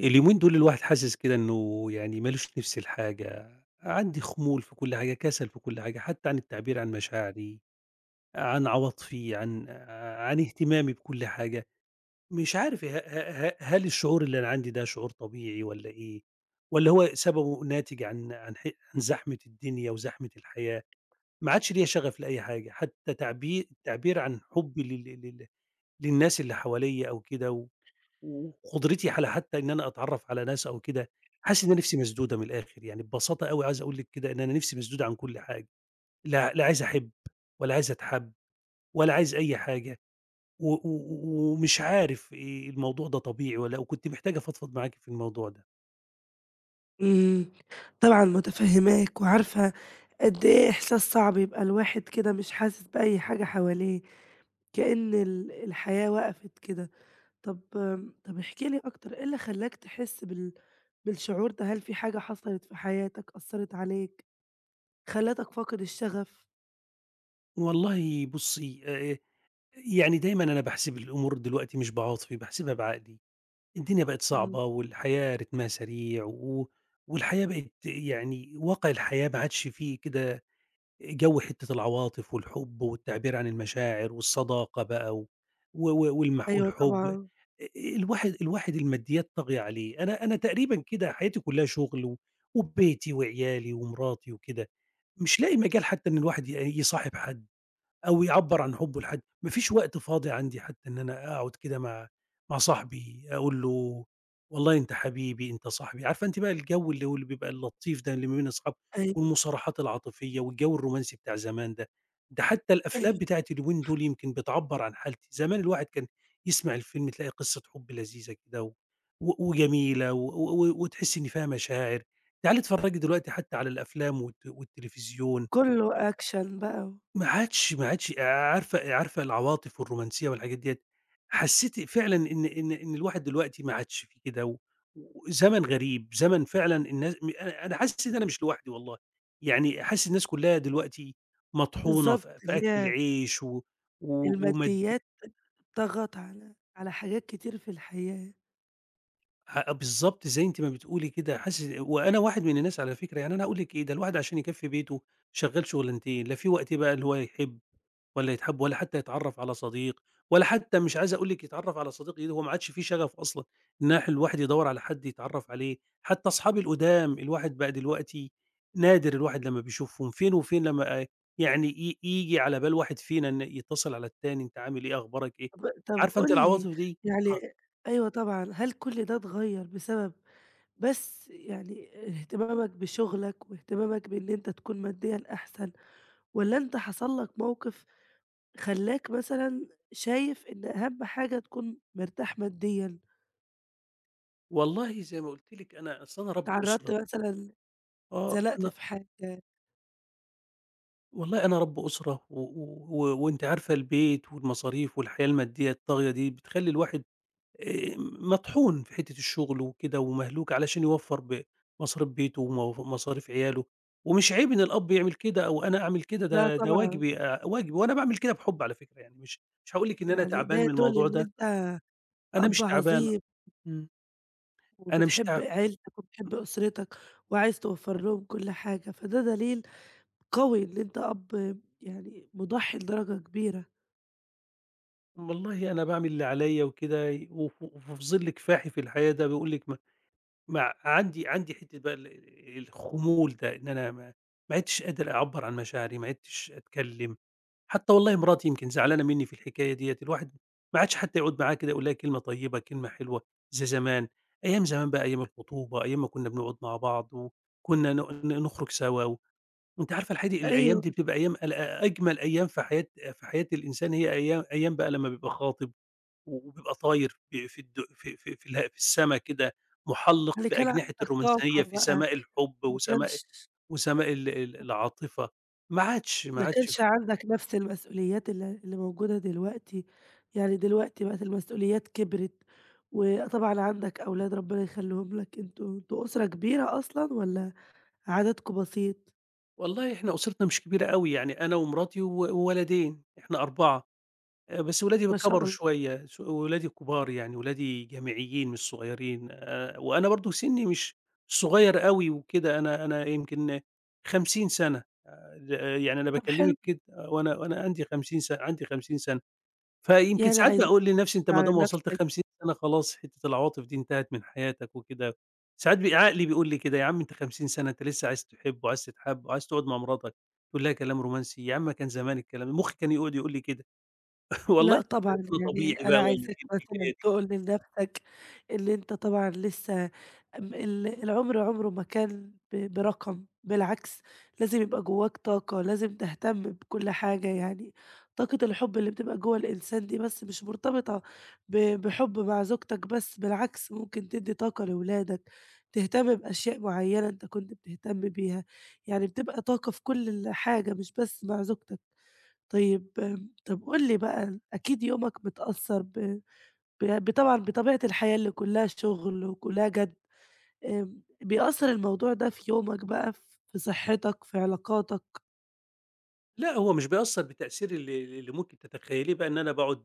اليومين دول الواحد حاسس كده إنه يعني ما لوش نِفْس لحاجة، عندي خمول في كل حاجة، كسل في كل حاجة، حتى عن التعبير عن مشاعري، عن عواطفي، عن اهتمامي بكل حاجة. مش عارف ه ه ه هل الشعور اللي أنا عندي ده شعور طبيعي والّا إيه، والّا هو سببه ناتج عن زحمة الدنيا وزحمة الحياة. ما عادش ليّا شغف لأي حاجة، حتى التعبير عن حُبّي لل لل للناس اللي حواليّا أو كده، و وقدرتي على حتى إن أنا أتعرّف على ناس أو كده. حاسس إن أنا نِفْسي مسدودة من الآخر، يعني ببساطة أوي عايز أقول لِك كده إن أنا نِفْسي مسدودة عن كل حاجة، لا لا عايز أحِب، ولا عايز أتحَب، ولا عايز أي حاجة. و و و ومش عارف الموضوع ده طبيعي والّا لأ، وكنت محتاج أفضفض معاكِ في الموضوع ده. إمم، طبعًا متفهّماك وعارفة قد إيه إحساس صعب يبقى الواحد كده مش حاسس بأي حاجة حواليه، كأن الحياة وقفت كده. طب طب احكِ لي أكتر، إيه اللي خلّاك تحس بالشعور ده؟ هل في حاجة حصلت في حياتك أثّرت عليك، خلّتك فاقد الشغف؟ والله بُصّي، يعني دايمًا أنا باحسب الأمور دلوقتي مش بعاطفي، باحسبها بعقلي. الدنيا بقت إمم، صعبة والحياة رتمها سريع، والحياة بقت يعني واقع الحياة ما عادش فيه كده جو، حتة العواطف والحب والتعبير عن المشاعر والصداقة بقى، و و و والمح أيوه والحب. آآ طبعًا، الواحد الماديات طاغية عليه، أنا تقريبًا كده حياتي كلها شغل، وبيتي وعيالي ومراتي وكده. مش لاقي مجال حتى إن الواحد يصاحب حد، أو يعبّر عن حُبّه لحد. ما فيش وقت فاضي عندي حتى إن أنا أقعد كده مع صاحبي أقول له والله أنت حبيبي، أنت صاحبي. عارفة أنتِ بقى الجو اللي هو اللي بيبقى اللطيف ده اللي ما بين الأصحاب أيوه، والمصارحات العاطفية والجو الرومانسي بتاع زمان ده؟ ده حتى الأفلام أيوه، بتاعة اليومين دول يمكن بتعبّر عن حالتي. زمان الواحد كان يسمع الفيلم تلاقي قصة حُب لذيذة كده، و و وجميلة، و و وتحسّي إن فيها مشاعر. تعالي اتفرّجي دلوقتي حتى على الأفلام والتلفزيون، كلّه أكشن بقى، ما عادش عارفة العواطف والرومانسية والحاجات ديّة. حسّيت فعلًا إن الواحد دلوقتي ما عادش في كده، وزمن غريب. زمن فعلًا الناس م أنا أنا حاسس إن أنا مش لوحدي والله، يعني حاسس الناس كلّها دلوقتي مطحونة بالضبط، في اللي أكل هي العيش و و ومد الماديات طغت على حاجات كتير في الحياة. ه بالضبط زي أنتِ ما بتقولي كده. حاسس وأنا واحد من الناس على فكرة، يعني أنا هاقول لِك إيه، ده الواحد عشان يكفّي بيته شغّال شغلانتين، لا في وقت بقى اللي هو يحب، ولا يتحب، ولا حتى يتعرّف على صديق. ولا حتى مش عايز أقول لِك يتعرّف على صديق جديد، هو ما عادش في شغف أصلًا إن الواحد يدوّر على حد يتعرّف عليه. حتى أصحابي القدام الواحد بقى دلوقتي نادر الواحد لمّا بيشوفهم، فين وفين لمّا آه، يعني ييجي على بال واحد فينا إن يتصل على التاني أنت عامل إيه، أخبارك إيه. طب عارفة أنتِ قُل العواطف لي دي؟ يعني آه، أيوه طبعًا، هل كل ده اتغيّر بسبب بس يعني اهتمامك بشغلك واهتمامك بإن أنت تكون ماديًا أحسن، والّا أنت حصل لك موقف خلّاك مثلًا شايف إن أهم حاجة تكون مرتاح ماديًا، والله زي ما قُلت لِك أنا أصل أنا رَب اتعرّضت أسرة. مثلًا آه، اتزنقت أنا في حاجة؟ والله أنا رَب أسرة، و و و وأنتِ عارفة البيت والمصاريف والحياة المادية الطاغية دي بتخلّي الواحد مطحون في حتّة الشغل وكده ومهلوك علشان يوفّر مصاريف بيته مصاريف عياله. ومش عيب إن الأب يعمل كده، أو أنا أعمل كده، لا ده طبعًا، واجبي، واجبي. وأنا باعمل كده بحُب على فكرة، يعني مش هاقول لِك إن أنا يعني ده تعبان من يدل الموضوع إن ده، أنت أنا أب مش تعبان. عظيم إمم. أنا مش وبتحب تع عيلتك وبتحب أسرتك وعايز توفّر لهم كل حاجة، فده دليل قوي إن أنت أب يعني مُضحّي لدرجة كبيرة. والله أنا باعمل اللي عليَّ وكده، وفي ظِل كفاحي في الحياة ده بيقول لِك ما عندي حتّة بقى الخمول ده إن أنا ما عدتش قادر أعبّر عن مشاعري، ما عدتش أتكلّم حتى. والله مراتي يمكن زعلانة منّي في الحكاية ديّة، الواحد ما عادش حتى يقعد معاها كده يقول لها كلمة طيبة، كلمة حلوة زي زمان. أيام زمان بقى، أيام الخطوبة، أيام ما كنا بنقعد مع بعض وكنا ن ن نخرج سوا، وأنتِ عارفة الحقيقة الأيام أيوه، دي بتبقى أيام أجمل أيام في حياة الإنسان، هي أيام، أيام بقى لمّا بيبقى خاطب وبيبقى طاير ب في الد في في في اله في السما كده، مُحلّق يعني كان بأجنحة عندك طاقة الرومانسية في بقى، سماء الحب، ما وسماء كانش وسماء ال العاطفة، ما عادش ما ما عادش كانش عندك نفس المسؤوليات اللي موجودة دلوقتي، يعني دلوقتي بقت المسؤوليات كبرت، وطبعًا عندك أولاد ربنا يخلّيهم لك، أنتم أسرة كبيرة أصلًا والّا عددكم بسيط؟ والله إحنا أسرتنا مش كبيرة أوي، يعني أنا ومراتي وولدين، إحنا 4. بس ولادي ما شاء كبروا الله، شوية، ولادي كبار يعني، ولادي جامعيين مش صغيرين. وأنا برضه سني مش صغير أوي وكده، أنا يمكن 50 سنة. ل يعني أنا طب حلو، باكلمِك كده آه، وأنا عندي 50 سنة. فيمكن يعني ساعات عايزين باقول لنفسي أنت ما على دام وصلت نفسك. 50 سَنة خلاص حتّة العواطف دي انتهت من حياتك وكده. ساعات عقلي بيقول لي كده يا عم أنت 50 سَنة، أنت لسه عايز تحب وعايز تتحب وعايز تقعد مع مراتك تقول لها كلام رومانسي، يا عم كان زمان الكلام مخّي كان يقعد يقول لي كده. والله لأ مش طبعًا، عارف أنا يعني طبيعي أنا بقى والّا عايزاك إيه مثلًا الحكاية. تقول لنَفْسك إن أنت طبعًا لسه م ال العُمر عُمره ما كان برقم، بالعكس لازم يبقى جوّاك طاقة، لازم تهتم بكل حاجة، يعني طاقة الحُب اللي بتبقى جوّه الإنسان دي بس مش مرتبطة بحُب مع زوجتك بس، بالعكس ممكن تدّي طاقة لولادك، تهتم بأشياء معيّنة أنت كنت بتهتم بيها، يعني بتبقى طاقة في كل حاجة مش بس مع زوجتك. طيب طب قُل لي بقى أكيد يومك متأثّر ب ب بطبعًا بطبيعة الحياة اللي كُلّها شُغل وكُلّها جَد، بيأثّر الموضوع ده في يومك بقى، في في صحّتك، في علاقاتك، لأ، هو مش بيأثّر بالتأثير اللي ممكن تتخيّليه بقى إن أنا باقعد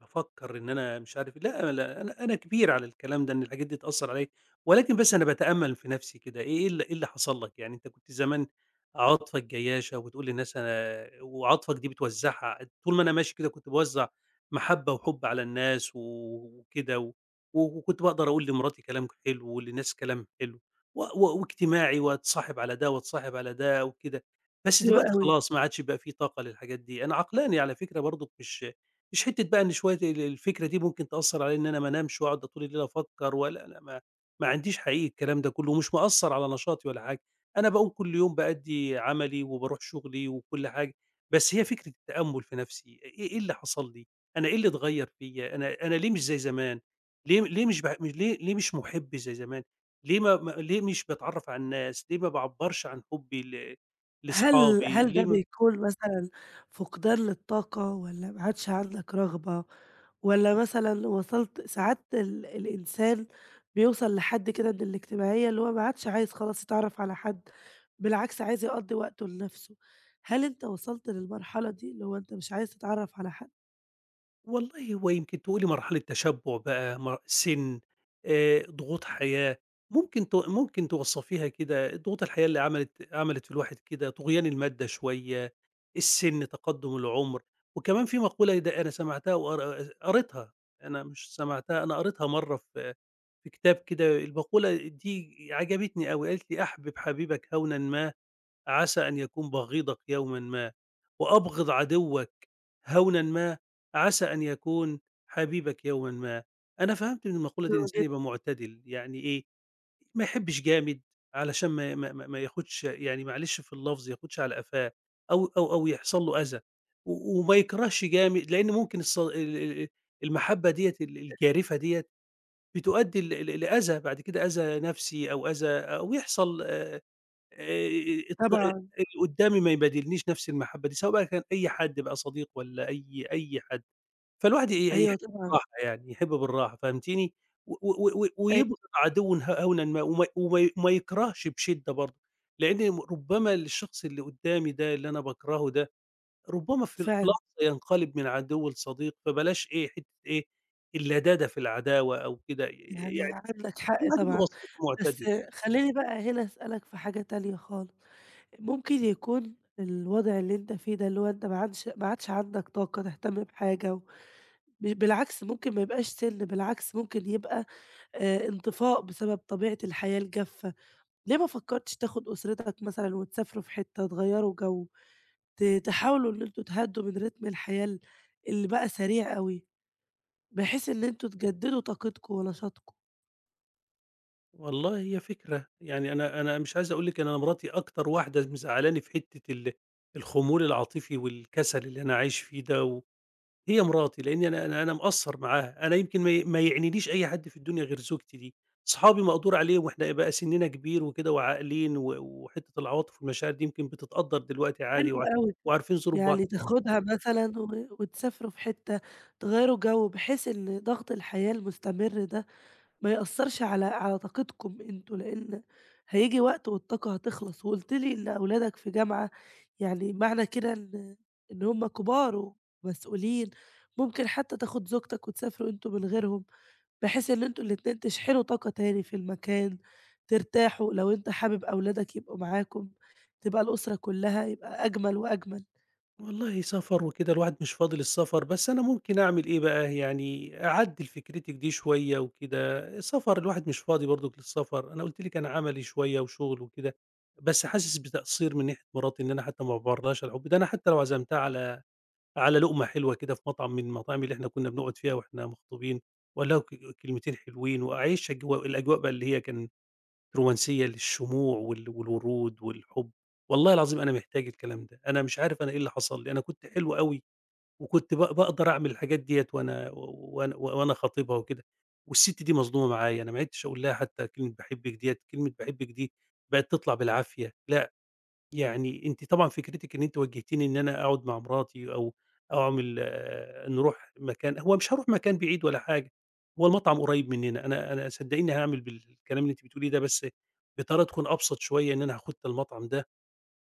بافكّر إن أنا مش عارف إيه. لأ، لأ، أنا كبير على الكلام ده، إن الحاجات دي تأثّر عليّا. ولكن بس أنا باتأمّل في نَفْسي كده إيه اللي حصل لك. يعني أنت كنت زمان عاطفك جيّاشة وتقول للناس أنا، وعاطفك دي بتوزّعها طول ما أنا ماشي كده كنت باوزّع محبّة وحُب على الناس وكده، وكنت باقدر أقول لمراتي كلام حلو وللناس كلام حلو، و و واجتماعي واتصاحب على ده واتصاحب على ده وكده. بس حلو دلوقتي أوي. خلاص ما عادش بقى في طاقة للحاجات دي. أنا عقلاني على فكرة برضُك، مش حتّة بقى إن شوية الفكرة دي ممكن تأثّر عليَّ إن أنا ما انامش واقعد طول الليل أفكّر ولا لأ، ما عنديش حقيقي الكلام ده كلّه، ومش مأثّر على نشاطي ولا حاجة. أنا باقوم كل يوم بأدّي عملي وباروح شغلي وكل حاجة، بس هي فكرة التأمُّل في نَفْسي. إيه اللي حصل لي؟ أنا إيه اللي اتغيّر فيّا؟ أنا ليه مش زي زمان؟ ليه مش مُحِب زي زمان؟ ليه ما ما ليه مش باتعرّف على الناس؟ ليه ما باعبّرش عن حُبّي هل لأصحابي هل ده لم بيكون مثلًا فقدان للطاقة والّا ما عادش عندك رغبة والّا مثلًا وصلت ساعات الإنسان بيوصل لحد كده من الاجتماعية اللي هو ما عادش عايز خلاص يتعرف على حد، بالعكس عايز يقضّي وقته لنفسه، هل أنت وصلت للمرحلة دي اللي هو أنت مش عايز تتعرف على حد؟ والله هو يمكن تقولي مرحلة تشبُّع بقى، سِن، ضغوط حياة، ممكن ممكن توصّفيها كده، ضغوط الحياة اللي عملت في الواحد كده، طُغيان المادة شوية، السِن، تقدُّم العُمر. وكمان في مقولة ده أنا سمعتها قريتها، أنا مش سمعتها، أنا قريتها مرّة في كتاب كده. المقولة دي عجبتني أوي، قالت لي: "أحبِب حبيبك هَوْنًا ما عسى أن يكون بغيضك يوما ما، وأبغض عدوك هونا ما عسى أن يكون حبيبك يوما ما". أنا فهمت من المقولة دي حلو الإنسان يبقى جدًا، معتدل، يعني إيه؟ ما يحبش جامد علشان ما ياخدش، يعني معلش في اللفظ، ياخدش على قفاه أو يحصل له أذى، وما يكرهش جامد، لأن ممكن ال- المحبة ديت الجارفة ديت بتؤدي لأذى بعد كده، أذى نفسي أو أذى أو يحصل آآ الط طبعًا، اللي قدّامي ما يبادلنيش نفس المحبة دي، سواء بقى كان أي حد، بقى صديق والّا أي حد. فالواحد أيوه يحب طبعًا، بالراحة، يعني يحب بالراحة، فهمتيني؟ و و و أيوه ويبغض عدوًا هونا ما، وما يكرهش بشدة برضه، لإن ربما الشخص اللي قدّامي ده اللي أنا باكرهه ده، ربما في فعلًا، لحظة ينقلب من عدو لصديق. فبلاش إيه، حتّة إيه اللدادة في العداوة أو كده، يعني يعني عندك حق الواحد يبقى طبعًا، بسيط بس ومعتدل. خلّيني بقى هنا أسألك في حاجة تانية خالص. ممكن يكون الوضع اللي أنت فيه ده، اللي هو أنت ما عادش عندك طاقة تهتم بحاجة، و بالعكس ممكن ما يبقاش سِن، بالعكس ممكن يبقى انطفاء بسبب طبيعة الحياة الجافة. ليه ما فكّرتش تاخد أسرتك مثلًا وتسافروا في حتة، تغيّروا جو، تحاولوا إن أنتم تهدّوا من رتم الحياة اللي بقى سريع أوي، بحيث إن أنتم تجدّدوا طاقتكم ونشاطكم. والله هي فكرة، يعني أنا مش عايز أقول لِك إن أنا مراتي أكتر واحدة مزعّلاني في حتّة الخمول العاطفي والكسل اللي أنا عايش فيه ده، هي مراتي، لإني أنا مقصّر معاها. أنا يمكن ما يعنينيش أي حد في الدنيا غير زوجتي دي، صحابي مقدور عليهم، وإحنا بقى سِنِّنا كبير وكده وعاقلين، وحتّة العواطف والمشاعر دي يمكن بتتقدّر دلوقتي حلو عادي، أوي. وعارفين ظروف بعض. يعني تاخدها مثلًا وتسافروا في حتة تغيّروا جو، بحيث إن ضغط الحياة المستمر ده ما يأثّرش على طاقتكم أنتم، لإن هييجي وقت والطاقة هتخلص، وقُلت لي إن أولادك في جامعة، يعني معنى كده إن هم كبار ومسؤولين، ممكن حتى تاخد زوجتك وتسافروا أنتم من غيرهم، بحيث إن أنتم الاتنين تشحنوا طاقة تاني في المكان، ترتاحوا، لو أنت حابب أولادك يبقوا معاكم، تبقى الأسرة كلها، يبقى أجمل وأجمل. والله سفر وكده الواحد مش فاضي للسفر، بس أنا ممكن أعمل إيه بقى، يعني أعدل فكرتك دي شوية وكده. سفر الواحد مش فاضي برضك للسفر، أنا قلت لك أنا عملي شوية وشغل وكده. بس حاسس بتقصير من ناحية مراتي، إن أنا حتى ما بعبرلهاش على الحب ده. أنا حتى لو عزمتها على لقمة حلوة كده في مطعم من المطاعم اللي إحنا كنا بنقعد فيها وإحنا مخطوبين، ولا كلمتين حلوين، وأعيش الأجواء بقى اللي هي كان رومانسية، للشموع والورود والحب. والله العظيم أنا محتاج الكلام ده، أنا مش عارف أنا إيه اللي حصل لي. أنا كنت حلو أوي، وكنت باقدر أعمل الحاجات ديّة وأنا خاطبها وكده. والست دي مظلومة معايا، أنا ما عِدتش أقول لها حتى كلمة باحبِّك ديّة، كلمة باحبِّك دي بقت تطلع بالعافية. لا، يعني أنتِ طبعًا فكرتِك إن أنتِ وجّهتيني إن أنا أقعد مع مراتي، أو أعمل نروح مكان. هو مش هاروح مكان بعيد ولا حاجة، هو المطعم قريب مننا. أنا صدقيني هاعمل بالكلام اللي أنتِ بتقوليه ده، بس بطريقة تكون أبسط شوية، إن أنا هاخد المطعم ده،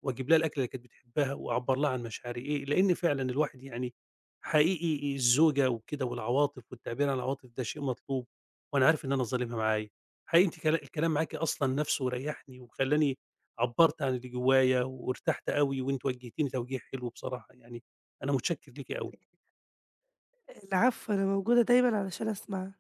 وأجيب لها الأكلة اللي كانت بتحبها، وأعبّر لها عن مشاعري إيه، لإن فعلًا الواحد يعني حقيقي الزوجة وكده والعواطف والتعبير عن العواطف، ده شيء مطلوب، وأنا عارف إن أنا ظالمها معايا. حقيقي أنتِ الكلام معاكِ أصلًا نَفْسه ريّحني وخلّاني عبّرت عن اللي جوايا وارتحت أوي، وأنتِ وجّهتيني توجيه حلو بصراحة، يعني أنا متشكّر ليكِ أوي. العفو، أنا موجودة دايمًا علشان أسمعك.